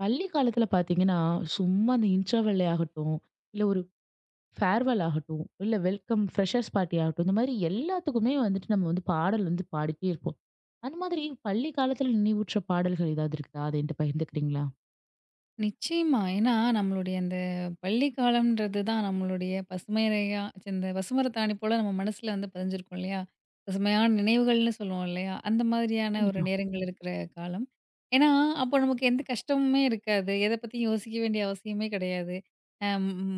பள்ளி காலத்துல பாத்தீங்கன்னா, சும்மா அந்த இன்டர்வெல்லே ஆகட்டும், இல்ல ஒரு ஃபேர்வெல் ஆகட்டும், இல்ல வெல்கம் ஃப்ரெஷர்ஸ் பார்ட்டி ஆகட்டும், இந்த மாதிரி எல்லாத்துக்குமே வந்துட்டு நம்ம வந்து பாடல் வந்து பாடிட்டே இருப்போம். அந்த மாதிரி பள்ளி காலத்துல நினைவூற்ற பாடல்கள் ஏதாவது இருக்குதா? அத என்ட்ட பகிர்ந்துக்கிறீங்களா? நிச்சயமா. ஏன்னா, நம்மளுடைய அந்த பள்ளி காலம்ன்றது தான் நம்மளுடைய பசுமையா இந்த பசுமரத்தாணி போல நம்ம மனசுல வந்து பதிஞ்சிருக்கும் இல்லையா? பசுமையான நினைவுகள்னு சொல்லுவோம் இல்லையா? அந்த மாதிரியான ஒரு கண்டிப்பா, நேரங்கள் இருக்கிற காலம். ஏன்னா, அப்போ நமக்கு எந்த கஷ்டமுமே இருக்காது. எத பத்தியும் யோசிக்க வேண்டிய அவசியமே கிடையாது. அ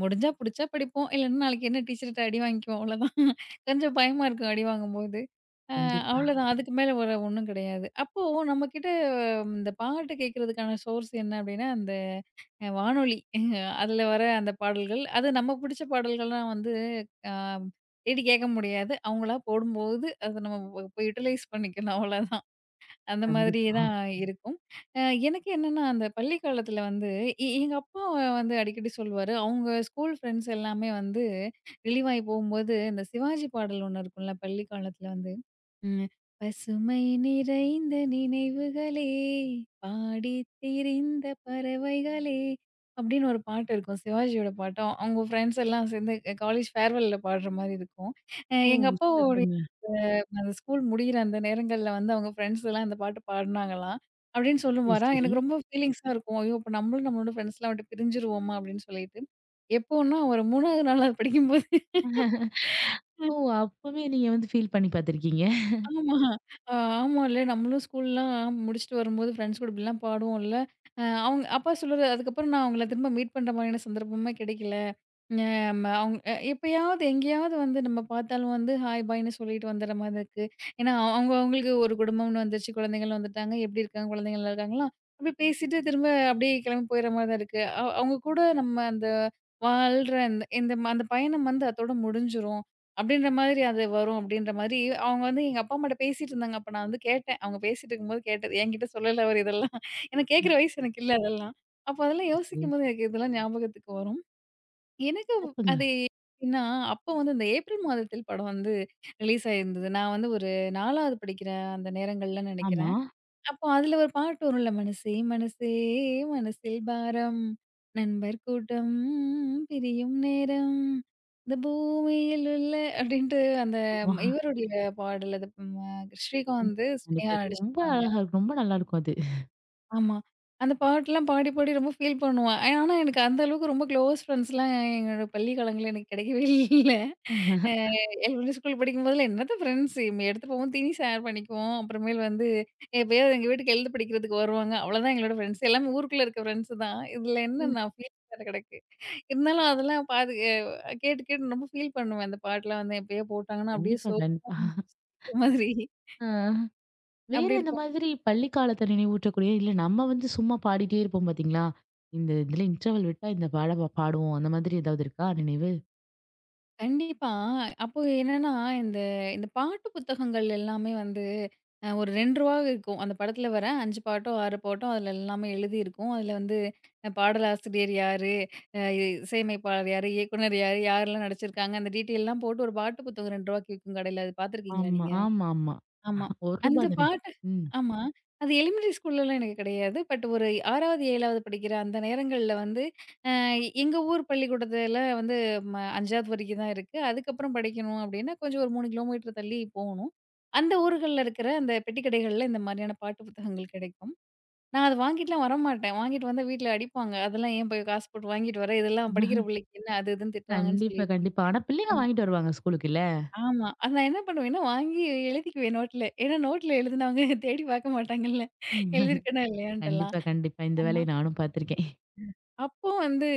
முடிஞ்சா புடிச்சா படிப்போம். இல்லன்னா நாளைக்கு என்ன டீச்சர்ட்ட அடி வாங்கிக்குவோம் அவ்வளோதான். கொஞ்சம் பயமா இருக்கும் அடி வாங்கும்போது. அ கண்டிப்பா, அவ்வளோதான். அதுக்கு மேல ஒரு ஒண்ணும் கிடையாது. அப்போ நம்ம கிட்ட இந்த பாட்டு கேட்கறதுக்கான சோர்ஸ் என்ன அப்படின்னா, அந்த வானொலி அதில வர அந்த பாடல்கள். அது நம்ம பிடிச்ச பாடல்கள்லாம் வந்து அ தேடி கேட்க முடியாது. அவங்களா போடும்போது அத நம்ம போய் யுட்டிலைஸ் பண்ணிக்கணும் அவ்வளோதான். அந்த மாதிரி கண்டிப்பா. தான் இருக்கும். அ எனக்கு என்னன்னா, அந்த பள்ளி காலத்தில வந்து எங்க அப்பா வந்து அடிக்கடி சொல்லுவாரு, அவங்க ஸ்கூல் ஃப்ரெண்ட்ஸ் எல்லாமே வந்து ரிலீவ் ஆயி போகும்போது, இந்த சிவாஜி பாடல் ஒண்ணு இருக்கும்ல பள்ளி காலத்தில வந்து ம். பசுமை நிறைந்த நினைவுகளே, பாடித் திரிந்த பறவைகளே! அப்படின்னு ஒரு பாட்டு இருக்கும். சிவாஜியோட பாட்டும், அவங்க ஃப்ரெண்ட்ஸ் எல்லாம் சேர்ந்து காலேஜ் ஃபேர்வெல்ல பாடுற மாரி இருக்கும். அ ஓ! எங்க ம். அப்பாவோடைய சிறப்புங்க. அந்த ஸ்கூல் முடியிற அந்த நேரங்கள்ல வந்து அவங்க ஃப்ரெண்ட்ஸ் எல்லாம் அந்த பாட்டு பாடுனாங்களாம். அப்படின்னு சரி, சொல்லுவாராம். சரி. எனக்கு ரொம்ப ஃபீலிங்ஸா இருக்கும். ஐயோ! அப்ப நம்மளும் நம்மளோட ஃப்ரெண்ட்ஸ்லாம் விட்டு பிரிஞ்சுருவோமா? அப்படின்னு சொல்லிட்டு. எப்போன்னா ஒரு 3வது நாள் படிக்கும்போது ஓ! அப்பவே நீங்க வந்து ஃபீல் பண்ணி பார்த்துருக்கீங்க. ஆமா. அ ஆமால்ல. நம்மளும் ஸ்கூல்லாம் முடிச்சுட்டு வரும்போது ஃப்ரெண்ட்ஸ் கூட இப்படிலாம் பாடுவோம்ல. அவங்க அப்பா சொல்லுவாரு, அதுக்கப்புறம் நான் அவங்கள திரும்ப மீட் பண்ற மாரியான சந்தர்ப்பமே கிடைக்கல. நம்ம அவுங் அ எப்பயாவது எங்கேயாவது வந்து நம்ம பார்த்தாலும் வந்து ஹாய், பாய்ன்னு சொல்லிட்டு வந்துற மாரி இருக்கு. ஏன்னா, அவங்களுக்கு ஒரு குடும்பம்னு வந்துருச்சு, குழந்தைகள் வந்துட்டாங்க. எப்படி இருக்காங்க? குழந்தைகள் நல்லா இருக்காங்களா? அப்படி பேசிட்டு திரும்ப அப்படியே கிளம்பி போயிற மாரி தான் இருக்கு. அவுங்க கூட நம்ம அந்த வாழ்ற அந்த இந்த அந்த பயணம் வந்து அதோட முடிஞ்சிரும். அப்படின்ற மாதிரி அது வரும் அப்படின்ற மாரி, அவங்க வந்து எங்க அப்பா, அம்மாட்ட பேசிட்டு இருந்தாங்க. அப்ப நான் வந்து கேட்டேன். அவங்க பேசிட்டு இருக்கும்போது கேட்டது. என்கிட்ட சொல்லல அவரு இதெல்லாம். ஏன்னா கேட்கிற ம். வயசு எனக்கு இல்ல அதெல்லாம். அப்ப அதெல்லாம் சரி, சரி. யோசிக்கும்போது எனக்கு இதெல்லாம் ஞாபகத்துக்கு வரும். எனக்கு சிறப்புங்க. அது எப்டின்னா, அப்போ வந்து இந்த ஏப்ரல் மாதத்தில் படம் வந்து ரிலீஸ் ஆயிருந்தது. நான் வந்து ஒரு 4வது படிக்கிற அந்த நேரங்கள்ல ஆமா. நெனைக்கிறேன். அப்போ அதில ஒரு பாட்டு வரும்ல, "மனசே மனசே மனசில் பாரம், நண்பர் கூட்டம் பிரியும் நேரம், இந்த பூமியில் உள்ள" அப்டின்ட்டு அந்த ஆமா. இவருடைய பாடல் அது ம ம். ஸ்ரீகாந்த், கண்டிப்பா. ஸ்னேகா அது ரொம்ப நடிச்சிருப்பாங்க. அழகா இருக்கும். ரொம்ப நல்லாருக்கும் அது. ஆமா. அந்த பாட்டுலாம் பாடி பாடி ரொம்ப ஃபீல் பண்ணுவேன். ஆனா எனக்கு அந்த அளவுக்கு ரொம்ப க்ளோஸ் ஃப்ரெண்ட்ஸ்லாம் என்னோட பள்ளி காலங்கள்ல எனக்கு கெடைக்கவே இல்ல. ஆமா. அ எல்மென்டரி ஸ்கூல் படிக்கும்போதெல்லாம் என்னத்த ஃப்ரெண்ட்ஸ் எடுத்து போவோம் தீனி ஷேர் பண்ணிக்குவோம். அப்புறமேல் வந்து எப்பயாவது எங்க வீட்டுக்கு எழுத படிக்கிறதுக்கு வருவாங்க. அவ்வளோதான் எங்களோட ஃப்ரெண்ட்ஸ். எல்லாமே ஊருக்குள்ள இருக்க ஃப்ரெண்ட்ஸ் தான். இதில என்ன ம். நான் ஃபீல் வேற கிடக்கு. இருந்தாலும் அதெல்லாம் பாது அ கேட்டு கேட்டு ரொம்ப ஃபீல் பண்ணுவேன். அந்த பாட்டெல்லாம் வந்து எப்பயோ போட்டாங்கன்னா, அப்படியே கண்டிப்பா, சோகமா கண்டிப்பா. இருந்துச்சு. மாதிரி ஆ. வேற அப்படி இந்த இருக்கும். மாதிரி பள்ளி காலத்த நினைவூட்டக்கூடிய, இல்ல நம்ம வந்து சும்மா பாடிட்டே இருப்போம் பாத்தீங்களா? இந்த இதுல இன்டர்வல் விட்டா இந்த பாடுவோம். அந்த மாதிரி ஏதாவது இருக்கா நினைவு? கண்டிப்பா. அப்போ என்னன்னா, இந்த இந்த பாட்டு புத்தகங்கள் எல்லாமே வந்து ஒரு ரூ. 2 இருக்கும். அந்த படத்துல வர 5 பாட்டோ, 6 பாட்டோ அதுல எல்லாமே எழுதியிருக்கும். அதுல வந்து பாடலாசிரியர் யாரு? அ இசையமைப்பாளர் யாரு? இயக்குனர் யாரு? யாரெல்லாம் நடிச்சிருக்காங்க? அந்த டீட்டெயில்லாம் போட்டு ஒரு பாட்டு புத்தகம் ரூ. 2க்கு விக்கும் கடையில. அது பார்த்துருக்கீங்களா ஆமா, நீங்க? ஆமா, ஆமா. ஆமா. ரூ. 1 அந்த தானே. பாட்டு ம். ஆமா. அது எலிமெண்டரி ஸ்கூல்லலாம் எனக்கு கிடையாது. பட் ஒரு 6வது, 7வது படிக்கிற அந்த நேரங்கள்ல வந்து, அ எங்க ஊர் பள்ளிக்கூடத்துல வந்து 5வது வரைக்கும் தான் இருக்கு. அதுக்கப்புறம் படிக்கணும் அப்டின்னா, கொஞ்சம் ஒரு 3 கிலோமீட்டர் தள்ளி போகணும். அந்த ஊர்கள்ல இருக்கிற அந்த பெட்டி கடைகள்ல இந்த மாதிரியான பாட்டு புத்தகங்கள் கிடைக்கும். நான் அத வாங்கிட்டுலாம் வரமாட்டேன். வாங்கிட்டு வந்தா வீட்ல அடிப்பாங்க. அதெல்லாம் ஏன் போய் காசு போட்டு வாங்கிட்டு வர? இதெல்லாம் படிக்கிற பிள்ளைக்கு என்ன அது இதுன்னு திட்டுவாங்கன்னு கண்டிப்பா, சொல்லிட்டு. கண்டிப்பா. ஆனா பிள்ளைங்க வாங்கிட்டு வருவாங்க ஸ்கூலுக்கு இல்ல? ஆமா. அத நான் என்ன பண்ணுவேன்னா, வாங்கி எழுதிக்குவேன் நோட்ல. ஏன்னா நோட்ல எழுதினவங்க தேடி பார்க்க மாட்டாங்கல்ல. ஆமா. எழுதியிருக்கேனா இல்லையான்ட்டலாம். கண்டிப்பா, கண்டிப்பா. இந்த வேலைய நானும் பாத்துருக்கேன். அப்போ வந்து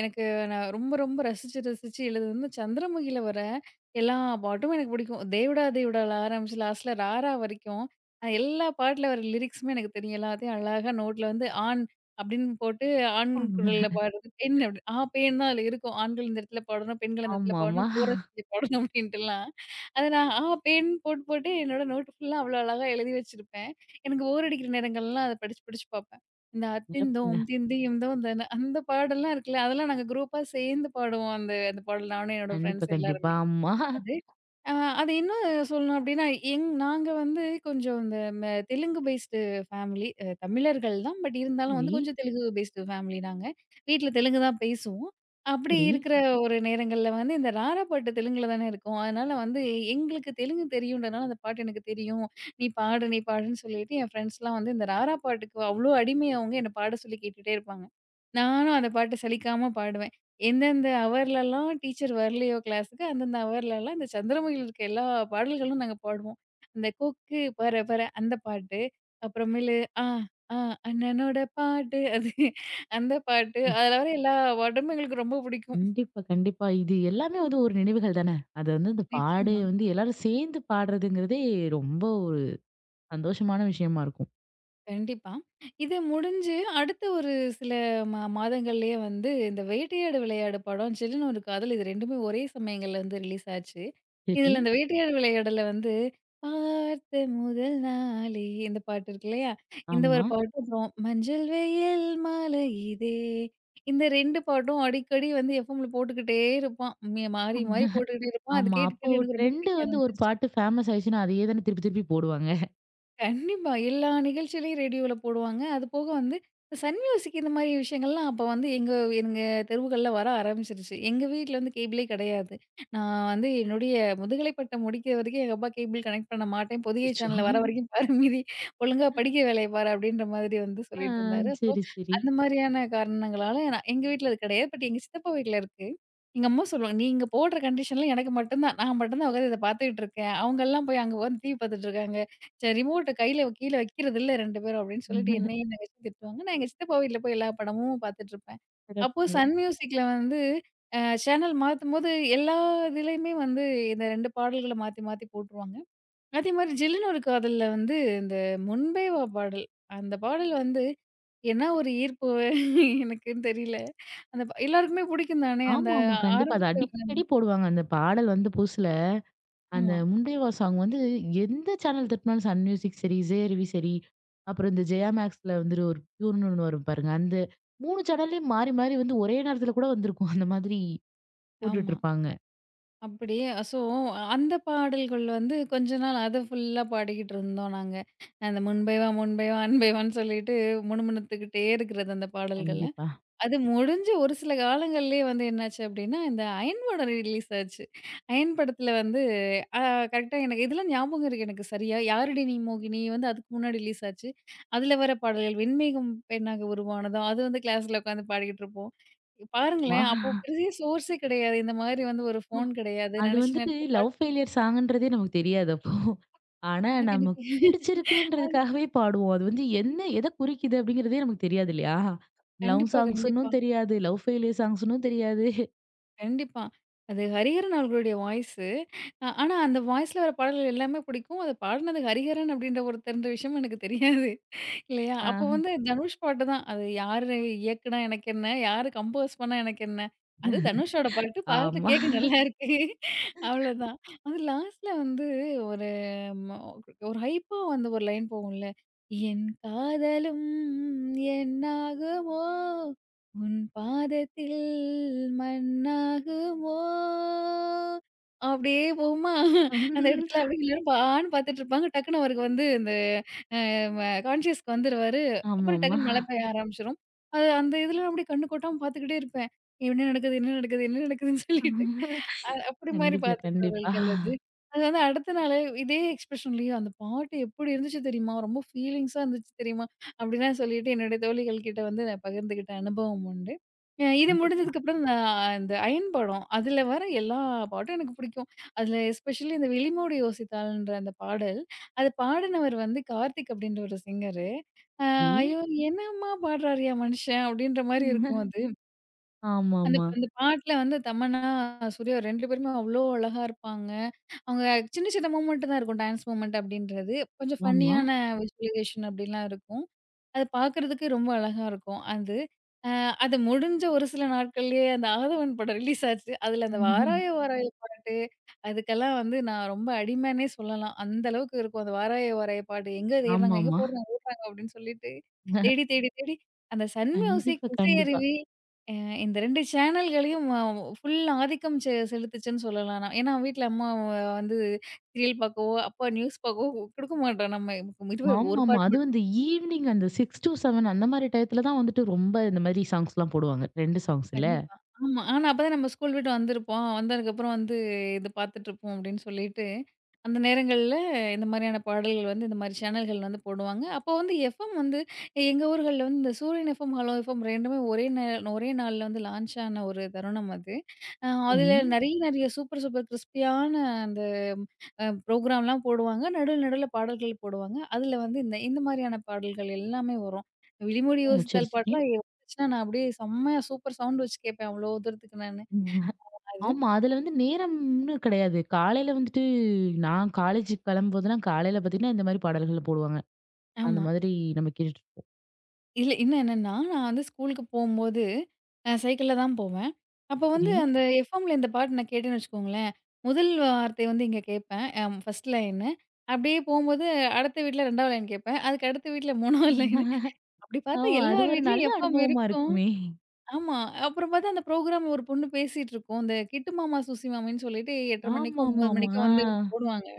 எனக்கு நான் ரொம்ப ரொம்ப ரசிச்சு ரசிச்சு எழுது வந்து சந்திரமுகியில வர எல்லா பாட்டும் எனக்கு பிடிக்கும். தேவடா தேவடால ஆரம்பிச்சு லாஸ்ட்ல ராரா வரைக்கும் எல்லா பாட்டுல வர லிரிக்ஸுமே எனக்கு தெரியும். எல்லாத்தையும் அழகா நோட்ல வந்து ஆண் அப்படின்னு போட்டு ஆண் குரல்ல பாடுறது பெண் அப்படி ஆ பேன் தான் அதுல இருக்கும். ஆண்கள் இந்த இடத்துல பாடணும், பெண்கள் அந்த இடத்துல ஆமா, ஆமா. பாடணும், கோரஸ் இங்க பாடணும் அப்படின்ட்டுலாம். அத நான் ஆ பேன் போட்டு போட்டு என்னோட நோட்டு ஃபுல்லா அவ்வளோ அழகா எழுதி வச்சிருப்பேன். எனக்கு போர் அடிக்கிற நேரங்கள்லாம் அத படிச்சு படிச்சு பார்ப்பேன். இந்த சிறப்புங்க. "அத்திந்தோம் திந்தியும் தோந்தன" அந்த பாடல்லாம் இருக்குல்ல, அதெல்லாம் நாங்க குரூப்பா சேர்ந்து பாடுவோம். அந்த அந்த பாடல் நானும் என்னோட கண்டிப்பா, ஃப்ரெண்ட்ஸ் கண்டிப்பா. எல்லாருமே. ஆமா. அது. அ அது இன்னும் சொல்லணும் அப்டின்னா, நாங்க வந்து கொஞ்சம் இந்த தெலுங்கு பேஸ்டு ஃபேமிலி. தமிழர்கள் தான். பட் இருந்தாலும் சரி, வந்து கொஞ்சம் தெலுங்கு பேஸ்டு ஃபேமிலி நாங்க. வீட்ல தெலுங்கு தான் பேசுவோம். அப்படி சரி. இருக்கிற ஒரு நேரங்கள்ல வந்து இந்த ராரா பாட்டு தெலுங்குல தானே இருக்கும். அதனால வந்து எங்களுக்கு தெலுங்கு தெரியுன்றனால அந்த பாட்டு எனக்கு தெரியும். "நீ பாடு, நீ பாடுன்னு" சொல்லிட்டு என் ஃப்ரெண்ட்ஸ்லாம் வந்து இந்த ராரா பாட்டுக்கு அவ்ளோ அடிமை அவங்க. என்ன பாட சொல்லி கேட்டுட்டே இருப்பாங்க. நானும் அந்த பாட்டு சலிக்காம பாடுவேன். எந்தெந்த ஹவர்லலாம் டீச்சர் வரலையோ கிளாஸுக்கு, அந்தந்த ஹவர்லலாம் இந்த சந்திரமுகில இருக்க எல்லா பாடல்களும் நாங்க பாடுவோம். அந்த கொக்கு பற பற அந்த பாட்டு, அப்புறமேலு ஆ ஆ அண்ணனோட பாட்டு அது அந்த பாட்டு, அதுல வர எல்லா பாட்டுமே எங்களுக்கு ரொம்ப பிடிக்கும். கண்டிப்பா, கண்டிப்பா. இது எல்லாமே வந்து ஒரு நினைவுகள் தானே! அது வந்து அந்த பாடு நிச்சயமா. வந்து எல்லாரும் சேர்ந்து பாடுறதுங்கிறதே ரொம்ப ஒரு சந்தோஷமான விஷயமா இருக்கும். கண்டிப்பா. இது முடிஞ்சு அடுத்த ஒரு சில மாதங்கள்லயே வந்து இந்த வேட்டையாடு விளையாடு படம், "சில்லுனு ஒரு காதல்" இது 2மே ஒரே சமயங்கள்ல வந்து ரிலீஸ் ஆச்சு. சரி. இதுல இந்த வேட்டையாடு விளையாடுல வந்து, "பார்த்த முதல் நாளே" இந்த பாட்டு இருக்கு இல்லையா? இந்த ஒரு ஆமா. பாட்டு அப்புறம் "மஞ்சள் வெயில் மாலையிதே" இந்த 2 பாட்டும் அடிக்கடி வந்து எஃப்எம்ல போட்டுக்கிட்டே இருப்பான். மாறி மாறி போட்டுக்கிட்டே இருப்பான். அது ஆமா. கேட்டு அப்போ கேட்டு எனக்கு ரொம்ப ட்ரெண்ட் பிடிக்க வந்து ஒரு ஆரம்பிச்சுருச்சு. பாட்டு ஃபேமஸ் ஆயிடுச்சுன்னா, அதையே தானே திருப்பி திருப்பி போடுவாங்க. கண்டிப்பா. எல்லா நிகழ்ச்சியிலயும் ரேடியோல போடுவாங்க. அது போக வந்து சன் மியூசிக் இந்த மாரி விஷயங்கள்லாம் அப்ப வந்து எங்க எங்க தெருவுகள்ல வர ஆரம்பிச்சுருச்சு. எங்க வீட்ல வந்து கேபிளே கிடையாது. நான் வந்து என்னுடைய முதுகலை பட்டம் முடிக்கிற வரைக்கும் எங்க அப்பா கேபிள் கனெக்ட் பண்ண மாட்டேன். புதிய அச்சோ! சேனல் வர வரைக்கும் பாரு மீதி ஒழுங்கா படிக்கிற வேலைய பாரு அப்படின்ற மாதிரி வந்து ஆ சொல்லிட்டு இருந்தாரு. ஸோ சரி, சரி. அந்த மாதிரியான காரணங்களால நான் எங்க வீட்ல அது கிடையாது. பட் எங்க சித்தப்பா வீட்ல இருக்கு. எங்க அம்மா சொல்லுவாங்க, "நீங்க போடுற கண்டிஷன்ல எனக்கு மட்டும் தான். நான் மட்டும் தான் உட்காந்து இத பார்த்துக்கிட்டு இருக்கேன். அவங்கலாம் போய் அங்க உட்காந்து டிவி பார்த்துட்டு இருக்காங்க." சரி ரிமோட்ட கையில கீழ வைக்கிறதில்ல 2 பேரும் அப்படின்னு சொல்லிட்டு என்னையும் என் தங்கச்சியும் திட்டுவாங்க. நான் எங்க சித்தப்பா வீட்ல போய் எல்லா படமும் பார்த்துட்டுருப்பேன். அப்போ சிறப்புங்க. சன் மியூசிக்ல வந்து சேனல் மாத்தும்போது எல்லா இதுலயுமே வந்து இந்த 2 பாடல்கள மாத்தி மாத்தி போட்டுருவாங்க. அதே மாரி "ஜில்லுனு ஒரு காதல்ல" வந்து இந்த "முன்பே வா" பாடல். அந்த பாடல் வந்து என்ன ஒரு ஈர்ப்பு எனக்குன்னு தெரியல. எல்லாருக்குமே பிடிக்கும் தானே அந்த ஆமா, ஆமா. கண்டிப்பா. அது ஆரம்பத்துல அடிக்கடி போடுவாங்க. அந்த பாடல் வந்த புதுசுல. அந்த ஆமா, முண்டேவா சாங் வந்து எந்த சேனல் தட்டினாலும் சன் மியூசிக் சரி, விஜய் சரி, அப்புறம் இந்த ஜெயா மேக்ஸ்ல வந்துட்டு ஒரு ப்யூர்ன்னு ஒண்ணு வரும் பாருங்க. அந்த 3 சேனல்லயும் மாறி, மாறி வந்து ஒரே நேரத்துல கூட வந்திருக்கும். அந்த மாதிரி போட்டுட்டு ஆமா. இருப்பாங்க. அப்படி. ஸோ அந்த பாடல்கள் வந்து கொஞ்ச நாள் அத ஃபுல்லா பாடிக்கிட்டு இருந்தோம் நாங்க. அந்த முன்பே வா முன்பே வா அன்பே வான்னு சொல்லிட்டு முணுமுணுத்துக்கிட்டே இருக்கிறது அந்த பாடல்கள்லாம். கண்டிப்பா. அது முடிஞ்சு ஒரு சில காலங்கள்லயே வந்து என்னாச்சு அப்டின்னா, இந்த அயன் படம் ரிலீஸ் ஆச்சு. அயன் படத்துல வந்து அ கரெக்ட்டா எனக்கு இதெல்லாம் ஞாபகம் இருக்கு எனக்கு சரியா. "யாரடி நீ மோகினி" வந்து அதுக்கு முன்னாடி ரிலீஸ் ஆச்சு. அதுல வர பாடல்கள், "வெண்மேகம் பெண்ணாக உருவானதும்" அது வந்து கிளாஸ்ல உட்காந்து பாடிக்கிட்டு இருப்போம். வா பாருங்களேன், அப்போ பெரிய சோர்ஸே கிடையாது. இந்த மாதிரி வந்து ஒரு ஃபோன் கிடையாது. அது நெனச்ச வந்துட்டு நேரத்துல பாட் லவ் ஃபெயிலியர் சாங்குன்றதே நமக்கு தெரியாது அப்போ. ஆனா அ எனக்கு நமக்கு அது பிடிச்சிருக்குன்றதுக்காகவே பாடுவோம். அது வந்து என்ன எத குறிக்குது அப்படிங்கிறதே நமக்கு தெரியாது இல்லையா? லவ் கண்டிப்பா, கண்டிப்பா. சாங்ஸ்ன்னும் தெரியாது, லவ் ஃபெயிலியர் சாங்ஸ்ன்னும் தெரியாது. கண்டிப்பா. அது ஹரிஹரன் அவர்களுடைய வாய்ஸு. ஆனா அந்த வாய்ஸ்ல வர பாடல்கள் எல்லாமே பிடிக்கும். அத பாடுனது ஹரிஹரன் அப்படின்ற ஒருத்தர்ன்ற விஷயமும் எனக்கு தெரியாது. இல்லையா? அப்போ ஆஹ. வந்து தனுஷ் பாட்டு தான். அது யாரு இயக்குனா எனக்கு என்ன? யாரு கம்போஸ் பண்ணா எனக்கு என்ன? அது தனுஷோட பாட்டு. பாட்டு ஆமா. கேட்க நல்லா இருக்கு. அவ்வளோதான். அது லாஸ்ட்ல வந்து ஒரு ம ஒரு ஹைப்பா வந்து ஒரு லைன் போகும்ல. என் காதலும் என்னாகுமோ? உன் பாதத்தில் மண்ணாகுமோ? அப்படியே போகுமா, அந்த இடத்துல அப்படியே எல்லாரும் பான்னு பாத்துட்டு இருப்பாங்க. டக்குனு அவருக்கு வந்து இந்த கான்ஷியஸ்க்கு வந்துருவாரு. அப்புறம் ஆமாமா. டக்குன்னு மழை பெய்ய ஆரம்பிச்சுரும். அது அந்த இதுல அப்படியே கண்ணு கொட்டாம பார்த்துக்கிட்டே இருப்பேன். என்ன நடக்குது? என்ன நடக்குது? என்ன நடக்குதுன்னு சொல்லிட்டு. அப்படி மாரி கண்டிப்பா, பாத்த கண்டிப்பா. பாடல்கள் அது. அது வந்து அடுத்த நாளு இதே எக்ஸ்பிரஷன்லயும் அந்த பாட்டு எப்படி இருந்துச்சு தெரியுமா? ரொம்ப ஃபீலிங்ஸா இருந்துச்சு தெரியுமா? அப்படிலாம் சொல்லிட்டு என்னுடைய தோழிகள் கிட்ட வந்து நான் பகிர்ந்துகிட்ட அனுபவம் உண்டு. இது முடிஞ்சதுக்கப்புறம் நான் இந்த அயன் படம். அதுல வர எல்லா பாட்டும் எனக்கு பிடிக்கும். அதுல எஸ்பெஷலி இந்த "விழிமோடு யோசித்தாள்ன்ற" அந்த பாடல் அது பாடுனவர் வந்து கார்த்திக் அப்படின்ற ஒரு சிங்கரு. அ வந்துச்சு. ஐயோ! என்னம்மா பாடுறாருய்யா மனுஷன் அப்படின்ற மாரி இருக்கும் அது. அந்த ஆமாமா. அந்த பாட்டுல வந்து தமன்னா, சூர்யா 2 பேருமே அவ்ளோ அழகா இருப்பாங்க. அவங்க சின்ன சின்ன மூமெண்ட் தான் இருக்கும் டான்ஸ் மூமெண்ட் அப்படின்றது. கொஞ்சம் ஆமா. ஃபன்னியான விஜுவலைசேஷன் அப்படிலாம் இருக்கும். அது பார்க்கறதுக்கு ரொம்ப அழகா இருக்கும். அது அ அது முடிஞ்ச ஒரு சில நாட்கள்லயே அந்த ஆதவன் படம் ரிலீஸ் ஆச்சு. அதுல அந்த "வாராய வாராய" பாட்டு, அதுக்கெல்லாம் வந்து நான் ரொம்ப அடிமைன்னே சொல்லலாம். அந்த அளவுக்கு இருக்கும். அந்த "வாராய வாராய" பாட்டு எங்க தேடுறாங்க, எங்க ஆமாமா. போடுறாங்க ஓடுறாங்க அப்படின்னு சொல்லிட்டு தேடி தேடி தேடி அந்த சன் மியூசிக், கண்டிப்பா, கண்டிப்பா. இசையருவி அ இந்த 2 சேனல்களையும் ஃபுல் ஆதிக்கம் செலுத்துச்சுன்னு சொல்லலாம் நான். ஏன்னா வீட்ல அம்மா வந்து சீரியல் பார்க்கவோ, அப்பா நியூஸ் பார்க்கவோ குடுக்க மாட்டோம் நம்ம. இது ஒரு ஆமாமா. பாட்டு அதுவும் மட்டும் இந்த ஈவ்னிங் அந்த 6-7 அந்த மாரி டயத்துல தான் வந்துட்டு ரொம்ப இந்த மாரி சாங்ஸ்லாம் போடுவாங்க. 2 சாங்ஸ் இல்ல. கண்டிப்பா. ஆமா. ஆனா, அப்பதான் நம்ம ஸ்கூல் விட்டு வந்திருப்போம். வந்ததுக்கப்புறம் வந்து இது பார்த்துட்டுருப்போம் அப்டின்னு சொல்லிட்டு, அந்த நேரங்கள்ல இந்த மாரியான பாடல்கள் வந்து இந்த மாரி சேனல்கள் வந்து போடுவாங்க. அப்போ வந்து எஃப்எம் வந்து எங்க ஊர்கள்ல வந்து இந்த சூரியன் எஃப்எம், ஹலோ எஃப்எம் 2மே ஒரே நாள்ல வந்து லான்ச் ஆன ஒரு தருணம் அது. அ சரி. அதில நெறைய நெறைய சூப்பர் சூப்பர் கிறிஸ்பியான அந்த ப்ரோக்ராம்லாம் போடுவாங்க. நடுவுல நடுவுல பாடல்கள் போடுவாங்க. அதுல வந்து இந்த இந்த மாரியான பாடல்கள் எல்லாமே வரும். "விழிமூடி ஓ! சரி, யோசித்தால்" சரி. பாட்டுலாம் வந்துச்சுன்னா, நான் அப்படியே செம்மையா சூப்பர் சவுண்ட் வச்சு கேட்பேன். அவ்வளோ தூரத்துக்கு நானு. உம். அது ஆமா. அதுல வந்து நேரம்னு கிடையாது. காலையில வந்துட்டு நான் காலேஜுக்கு கிளம்பும்போதெல்லாம் காலையில பார்த்தீங்கன்னா, இந்த மாரி பாடல்கள் போடுவாங்க. அந்த ஆமா. மாதிரி நம்ம கேட்டுட்டுருப்போம். இல்ல இன்னும் என்னன்னா, நான் வந்து ஸ்கூலுக்கு போம்போது சைக்கிள்ல தான் போவேன். அப்போ வந்து சரி. அந்த எஃப்எம்ல இந்த பாட்டு நான் கேட்டேன்னு வச்சுக்கோங்களேன், முதல் வார்த்தை வந்து இங்க கேட்பேன். First line. அப்படியே போம்போது அடுத்த வீட்ல 2வது லைன் கேட்பேன். அதுக்கு அடுத்த வீட்ல 3வது லைனு. அப்படி ஓ! பார்த்தா அது எல்லார் ஒரு வீட்லயும் நல்ல எஃப்எம் அனுபவமா இருக்கும். இருக்குமே! ஆமா. அப்புறம் பார்த்தா அந்த புரோகிராம்ல ஒரு பொண்ணு பேசிட்டு இருக்கும். இந்த கிட்டு மாமா, சூசி மாமின்னு சொல்லிட்டு 8:30 மணிக்கோ, 9 ஆமாமாமா. மணிக்கோ ஆ. வந்து ஒண்ணு போடுவாங்க.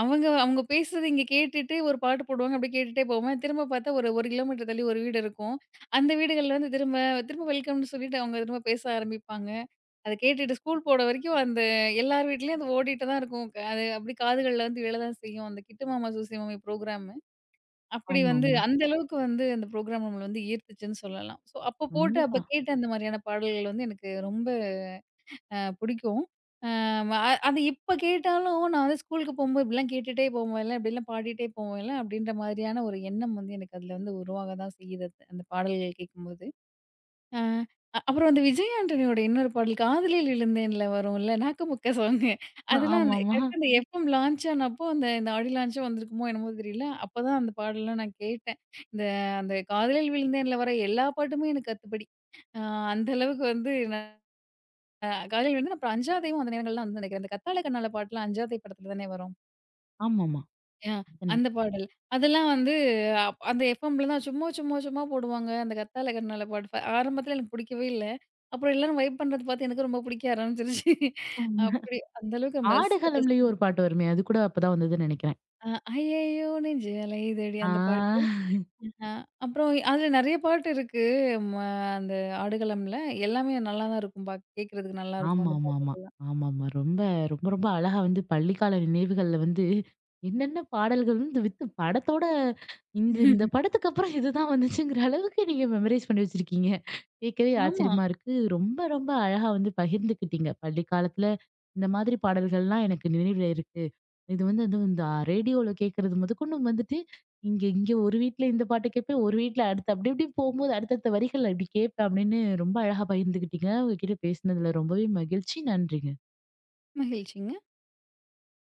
அவங்க அவங்க பேசுறது இங்க கேட்டுட்டு ஒரு பாட்டு போடுவாங்க. அப்படியே கேட்டுட்டே போவேன். திரும்ப பார்த்தா ஒரு 1 கிலோமீட்டர் தள்ளி ஒரு வீடு இருக்கும். அந்த வீடுகள்ல வந்து திரும்ப திரும்ப வெல்கம்ன்னு சொல்லிட்டு அவங்க திரும்ப பேச ஆரம்பிப்பாங்க. அத கேட்டுட்டு ஸ்கூல் போற வரைக்கும் அந்த எல்லார் வீட்லயும் அது ஓடிட்டு தான் இருக்கும். அது அப்படியே காதுகள்ல வந்து விழதான் செய்யும். அந்த கிட்டு மாமா, சூசி மாமி புரோகிராம். அப்படி வந்து ஆமாமா. அந்த அளவுக்கு வந்து அந்த ப்ரோகிராம் நம்மள வந்து ஈர்த்துச்சுன்னு சொல்லலாம். ஸோ அப்போ போட்டு அப்ப கண்டிப்பா. கேட்ட அந்த மாரியான பாடல்கள் வந்து எனக்கு ரொம்ப பிடிக்கும். அம் அ அது இப்ப கேட்டாலும் நான் வந்து ஸ்கூலுக்கு போம்போது இப்படிலாம் கேட்டுட்டே போவேன்ல, இப்படிலாம் பாடிட்டே போவேன்ல, அப்படின்ற மாதிரியான ஒரு எண்ணம் வந்து எனக்கு அதுல வந்து உருவாக தான் செய்யுது. அந்த அந்த பாடல்கள் கேட்கும்போது. ஆ. அப்புறம் அந்த விஜய் ஆண்டனியோட இன்னொரு பாடல் காதலில் விழுந்தேன்ல வரும்ல, நாக்கு முக்க சாங்கு. அதெல்லாம் அந்த ஆமாமா. கரெக்ட்டா அந்த எஃப்எம் லான்ச் ஆனப்போ, அந்த இந்த ஆடியோ லான்ச்சோ வந்திருக்குமோ என்னமோ தெரியல. அப்பதான் அந்த பாடல்லாம் நான் கேட்டேன். இந்த அந்த காதலில் விழுந்தேன்ல வர எல்லா பாட்டுமே எனக்கு கத்துப்படி. அ அந்த அளவுக்கு வந்து நான் காதலில் விழுந்தேன், அப்புறம் அஞ்சாதேவும் அந்த நேரங்கள்ல வந்து நினைக்கிறேன். அந்த கத்தால கண்ணால பாட்டுலாம் அஞ்சாதே படத்துல தானே வரும். ஆமாமா. ஆ அந்த பாடல். அதெல்லாம் வந்து அந்த எஃப்எம்ல தான் சும்மா, சும்மா, சும்மா போடுவாங்க. அந்த கத்தால கண்ணால பாட்டு. ஆரம்பத்தில எனக்கு புடிக்கவே இல்ல. அப்புறம் எல்லாரும் வைப் பண்றது பார்த்து எனக்கு ரொம்ப புடிக்க ஆரம்பிச்சுருச்சு. கண்டிப்பா. அப்படி அந்த அளவுக்கு நம்ம ரசிச்சு ஆடுகளம்லயும் ரசிச்சு ஒரு பாட்டு வருமே! அது கூட அப்பதான் வந்ததுன்னு நெனைக்கிறேன். அ ஐயையோ நெஞ்சு அலையுதடி ஆ. அந்த பாட்டு. அ அப்புறம் அதுல நெறைய பாட்டு இருக்கு. ம அந்த ஆடுகளம்ல. எல்லாமே நல்லா தான் இருக்கும். கேட்கறதுக்கு நல்லாருக்கும் அந்த பாட்டு. ஆமாமாமா. ஆமாமா. ரொம்ப ரொம்ப ரொம்ப அழகா வந்து பள்ளிக்கால நினைவுகள்ல வந்து என்னென்ன பாடல்கள் வந்து வித் படத்தோட இந்த இந்த படத்துக்கு அப்புறம் இதுதான் வந்துச்சுங்கிற அளவுக்கு நீங்க மெமரைஸ் பண்ணி வச்சிருக்கீங்க. கேட்கவே ஆமா. ஆச்சரியமா இருக்கு. ரொம்ப ரொம்ப அழகா வந்து பகிர்ந்துக்கிட்டீங்க. பள்ளி காலத்துல இந்த மாதிரி பாடல்கள்லாம் எனக்கு நினைவுல இருக்கு. இது வந்து அதுவும் இந்த ரேடியோல கேட்கறது முதற்கொண்டு வந்துட்டு இங்க இங்க ஒரு வீட்ல இந்த பாட்டு கேட்பேன். ஒரு வீட்ல அடுத்து அப்படி இப்படி போகும்போது அடுத்தடுத்த வரிகள் அப்படி கேட்பேன் அப்படின்னு ரொம்ப அழகா பகிர்ந்துக்கிட்டீங்க. உங்ககிட்ட பேசினதுல ரொம்பவே மகிழ்ச்சி. நன்றிங்க. மகிழ்ச்சிங்க.